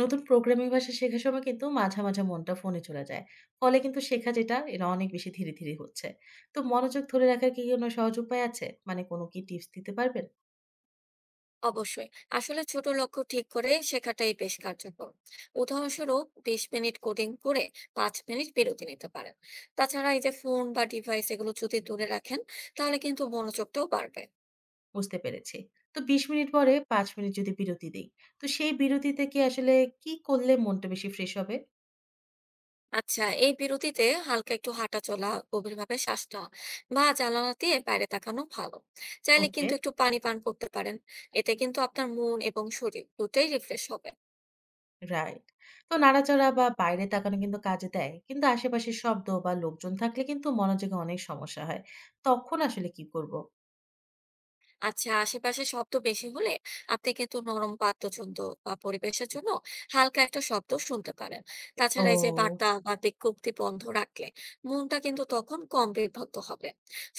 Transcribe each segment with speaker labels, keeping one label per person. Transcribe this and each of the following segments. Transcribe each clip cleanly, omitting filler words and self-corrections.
Speaker 1: নতুন প্রোগ্রামিং ভাষা শেখার সময় কিন্তু মাঝে মাঝে মনটা ফোনে চলে যায়। ফলে কিন্তু শেখা যেটা এটা অনেক বেশি ধীরে, ধীরে হচ্ছে। তো মনোযোগ ধরে রাখার কি কোনো সহজ উপায় আছে? মানে কোনো কি টিপস দিতে পারবেন?
Speaker 2: অবশ্যই। আসলে ছোট লক্ষ্য ঠিক করে শেখাটাই বেশ কার্যকর। উদাহরণস্বরূপ 20 মিনিট কোডিং করে 5 মিনিট বিরতি নিতে পারেন। তাছাড়া এই যে ফোন বা ডিভাইস এগুলো যদি দূরে রাখেন, তাহলে কিন্তু মনোযোগটাও বাড়বে।
Speaker 1: বুঝতে পেরেছি। তো ২০ মিনিট পরে ৫ মিনিট যদি বিরতি দেই, তো সেই বিরতিতে কি আসলে কি করলে মনটা বেশি ফ্রেশ হবে?
Speaker 2: আচ্ছা, এই বিরতিতে হালকা একটু হাঁটা চলা, গভীরভাবে শ্বাস নেওয়া বা জানালা দিয়ে বাইরে তাকানো ভালো। চাইলে
Speaker 1: ওকে,
Speaker 2: কিন্তু একটু পানি পান করতে পারেন। এতে কিন্তু আপনার মন এবং শরীর দুটোই রিফ্রেশ হবে।
Speaker 1: রাইট। তো নাড়াচাড়া বা বাইরে তাকানো কিন্তু কাজে দেয়। কিন্তু আশেপাশের শব্দ বা লোকজন থাকলে কিন্তু মনোযোগে অনেক সমস্যা হয়। তখন আসলে কি করব?
Speaker 2: আচ্ছা, আশেপাশে শব্দ বেশি হলে আপনি কিন্তু নরম বাদ্যযন্ত্র বা পরিবেশের জন্য হালকা একটা শব্দ শুনতে পারেন।
Speaker 1: ও!
Speaker 2: তাছাড়া এই যে বার্তা বা বিজ্ঞপ্তি বন্ধ রাখলে মনটা কিন্তু তখন কম বিভক্ত হবে।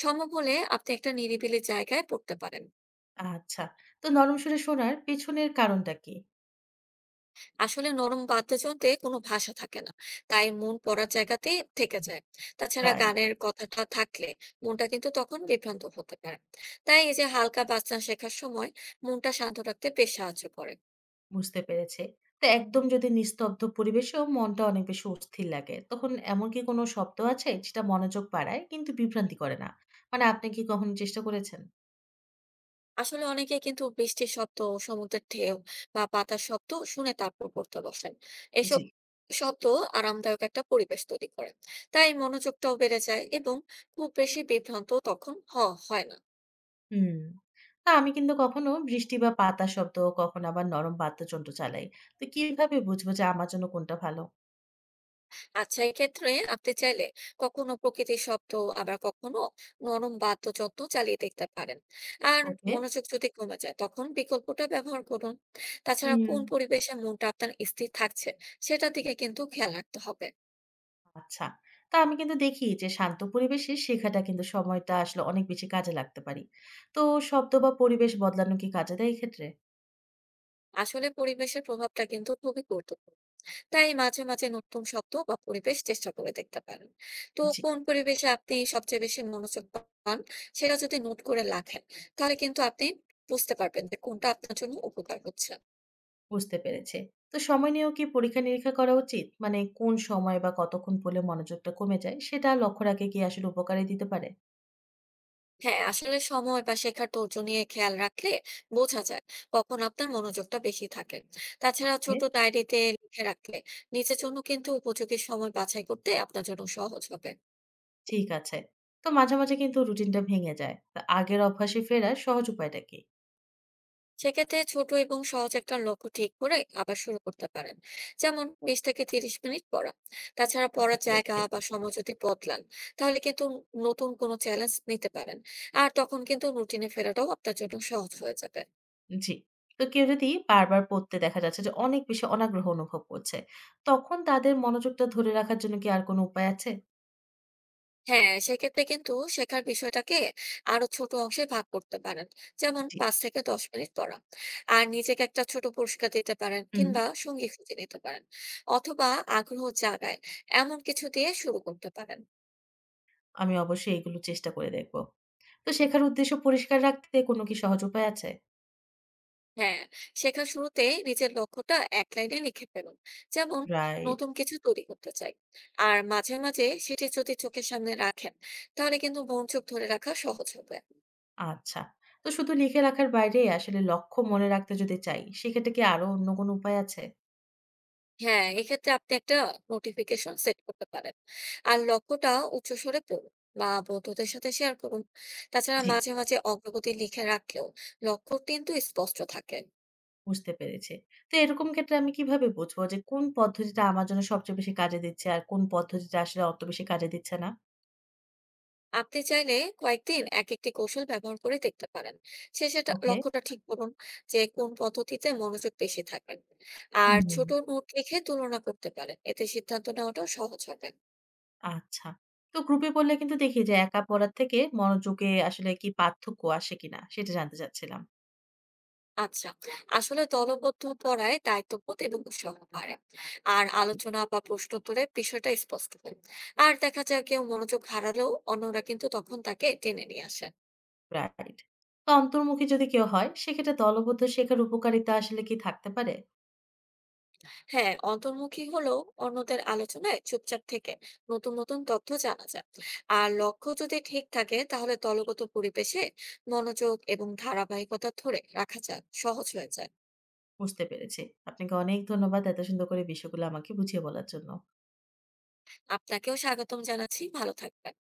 Speaker 2: সম্ভব হলে আপনি একটা নিরিবিলি জায়গায় পড়তে পারেন।
Speaker 1: আচ্ছা। তো নরম সুরে শোনার পেছনের কারণটা কি?
Speaker 2: আসলে নরম বাদ্যযন্ত্রে কোনো ভাষা থাকে না, তাই মন পড়ার জায়গাতেই থেকে যায়। তাছাড়া
Speaker 1: প্রায়
Speaker 2: গানের কথাটা থাকলে মনটা কিন্তু তখন বিভ্রান্ত হতে পারে। তাই এই যে হালকা বাজনা শেখার সময় মনটা শান্ত রাখতে বেশ সাহায্য করে।
Speaker 1: বুঝতে পেরেছি। তো একদম যদি নিস্তব্ধ পরিবেশেও মনটা অনেক বেশি অস্থির লাগে, তখন এমন কি কোনো শব্দ আছে যেটা মনোযোগ বাড়ায় কিন্তু বিভ্রান্তি করে না? মানে আপনি কি কখনো চেষ্টা করেছেন?
Speaker 2: আসলে অনেকে কিন্তু বৃষ্টির শব্দ, সমুদ্রের ঢেউ বা পাতার শব্দ শুনে তারপর পড়তে বসেন।
Speaker 1: জি।
Speaker 2: এসব শব্দ আরামদায়ক একটা পরিবেশ তৈরি করে, তাই মনোযোগটাও বেড়ে যায় এবং খুব বেশি বিভ্রান্ত তখন হয় না।
Speaker 1: হুম। না আমি কিন্তু কখনো বৃষ্টি বা পাতা শব্দ, কখনো আবার নরম বাদ্যযন্ত্র চালাই। তো কিভাবে বুঝবো যে আমার জন্য কোনটা ভালো?
Speaker 2: আচ্ছা, এক্ষেত্রে আপনি চাইলে কখনো প্রকৃতির শব্দ, আবার কখনো নরম বাদ্যযন্ত্র চালিয়ে দেখতে পারেন। আর
Speaker 1: ওকে।
Speaker 2: মনোযোগ যদি কমে যায় তখন বিকল্পটা ব্যবহার করুন। তাছাড়া
Speaker 1: হুম।
Speaker 2: কোন পরিবেশে মনটা আপনার স্থির থাকছে সেটার দিকে কিন্তু খেয়াল রাখতে হবে।
Speaker 1: আচ্ছা। তা আমি কিন্তু দেখি যে শান্ত পরিবেশে শেখাটা কিন্তু সময়টা আসলে অনেক বেশি কাজে লাগতে পারি। তো শব্দ বা পরিবেশ বদলানো কি কাজে দেয় এক্ষেত্রে?
Speaker 2: আসলে পরিবেশের প্রভাবটা কিন্তু খুবই গুরুত্বপূর্ণ, তাই মাঝে মাঝে নতুন শব্দ বা পরিবেশ চেষ্টা করে দেখতে পারেন। তো
Speaker 1: জি,
Speaker 2: কোন পরিবেশে আপনি সবচেয়ে বেশি মনোযোগ পান সেটা যদি নোট করে রাখেন, তাহলে কিন্তু আপনি বুঝতে পারবেন যে কোনটা আপনার জন্য উপকার হচ্ছে।
Speaker 1: বুঝতে পেরেছি। তো সময় নিয়েও কি পরীক্ষা-নিরীক্ষা করা উচিত? মানে কোন সময় বা কতক্ষণ পড়লে মনোযোগটা কমে যায় সেটা লক্ষ্য রাখে কি আসলে উপকারে দিতে পারে?
Speaker 2: হ্যাঁ, আসলে সময় বা শেখার ধৈর্য নিয়ে খেয়াল রাখলে বোঝা যায় কখন আপনার মনোযোগটা বেশি থাকে। তাছাড়া
Speaker 1: ওকে,
Speaker 2: ছোট ডায়েরিতে লিখে রাখলে নিজের জন্য কিন্তু উপযোগী সময় বাছাই করতে আপনার জন্য সহজ হবে।
Speaker 1: ঠিক আছে। তো মাঝে মাঝে কিন্তু রুটিনটা ভেঙে যায়। তো আগের অভ্যাসে ফেরার সহজ উপায়টা কি?
Speaker 2: সেক্ষেত্রে ছোট এবং সহজ একটা লক্ষ্য ঠিক করে আবার শুরু করতে পারেন, যেমন 20 থেকে 30 মিনিট পড়া। তাছাড়া
Speaker 1: বুঝতে
Speaker 2: পড়ার জায়গা
Speaker 1: পেরেছি।
Speaker 2: বা সময় যদি বদলান, তাহলে কিন্তু নতুন কোনো চ্যালেঞ্জ নিতে পারেন। আর তখন কিন্তু রুটিনে ফেরাটাও আপনার জন্য সহজ হয়ে যাবে।
Speaker 1: জি। তো কেউ যদি বারবার পড়তে দেখা যাচ্ছে যে অনেক বেশি অনাগ্রহ অনুভব করছে, তখন তাদের মনোযোগটা ধরে রাখার জন্য কি আর কোনো উপায় আছে?
Speaker 2: হ্যাঁ, সেক্ষেত্রে কিন্তু শেখার বিষয়টাকে আরো ছোট অংশে ভাগ করতে পারেন, যেমন
Speaker 1: জি।
Speaker 2: 5 থেকে 10 মিনিট পড়া। আর নিজেকে একটা ছোট পুরস্কার দিতে পারেন
Speaker 1: হুম।
Speaker 2: কিংবা সঙ্গী খুঁজে নিতে পারেন। অথবা আগ্রহ জাগায় এমন কিছু দিয়ে শুরু করতে পারেন।
Speaker 1: আমি অবশ্যই এগুলো চেষ্টা করে দেখব। তো শেখার উদ্দেশ্য পরিষ্কার রাখতে কোনো কি সহজ উপায় আছে?
Speaker 2: হ্যাঁ, শেখার শুরুতে নিজের লক্ষ্যটা এক লাইনে লিখে ফেলুন। যেমন,
Speaker 1: রাইট।
Speaker 2: নতুন কিছু তৈরি করতে চাই। আর মাঝে মাঝে সেটি যদি চোখের সামনে রাখেন, তাহলে কিন্তু মনোযোগ ধরে রাখা সহজ হবে।
Speaker 1: আচ্ছা। তো শুধু লিখে রাখার বাইরে আসলে লক্ষ্য মনে রাখতে যদি চাই, সেক্ষেত্রে কি আরো অন্য কোনো উপায় আছে?
Speaker 2: হ্যাঁ, এক্ষেত্রে আপনি একটা নোটিফিকেশন সেট করতে পারেন। আর লক্ষ্যটা উচ্চস্বরে পড়ুন বা বন্ধুদের সাথে শেয়ার করুন। তাছাড়া
Speaker 1: জি।
Speaker 2: মাঝে মাঝে অগ্রগতি লিখে রাখলেও লক্ষ্য কিন্তু স্পষ্ট থাকে।
Speaker 1: বুঝতে পেরেছি। তো এরকম ক্ষেত্রে আমি কিভাবে বুঝবো যে কোন পদ্ধতিটা আমার জন্য সবচেয়ে বেশি কাজে দিচ্ছে আর কোন পদ্ধতিটা আসলে অত বেশি কাজে দিচ্ছে না?
Speaker 2: আপনি চাইলে কয়েকদিন এক একটি কৌশল ব্যবহার করে দেখতে পারেন। সেটা
Speaker 1: ওকে।
Speaker 2: লক্ষ্যটা ঠিক করুন যে কোন পদ্ধতিতে মনোযোগ বেশি থাকবেন। আর
Speaker 1: হুম।
Speaker 2: ছোট নোট লিখে তুলনা করতে পারেন, এতে সিদ্ধান্ত নেওয়াটাও সহজ হবে।
Speaker 1: আচ্ছা। তো গ্রুপে পড়লে কিন্তু দেখি যে একা পড়ার থেকে মনোযোগে আসলে কি পার্থক্য আসে কিনা সেটা জানতে চাচ্ছিলাম।
Speaker 2: আচ্ছা, আসলে দলবদ্ধ পড়ায় দায়িত্ববোধ এবং উৎসাহ বাড়ে। আর
Speaker 1: জি।
Speaker 2: আলোচনা বা প্রশ্ন উত্তরে বিষয়টা স্পষ্ট হয়। আর দেখা যায় কেউ মনোযোগ হারালেও অন্যরা কিন্তু তখন তাকে টেনে নিয়ে আসে।
Speaker 1: রাইট। তো অন্তর্মুখী যদি কেউ হয় সেক্ষেত্রে দলবদ্ধ শেখার উপকারিতা আসলে কি থাকতে পারে?
Speaker 2: হ্যাঁ, অন্তর্মুখী হলেও অন্যদের আলোচনায় চুপচাপ থেকে নতুন নতুন তথ্য জানা যায়। আর লক্ষ্য যদি ঠিক থাকে তাহলে দলগত পরিবেশে মনোযোগ এবং ধারাবাহিকতা ধরে রাখা যায়, সহজ হয়ে যায়।
Speaker 1: বুঝতে পেরেছি। আপনাকে অনেক ধন্যবাদ এত সুন্দর করে বিষয়গুলো আমাকে বুঝিয়ে বলার জন্য।
Speaker 2: আপনাকেও স্বাগতম জানাচ্ছি, ভালো থাকবেন।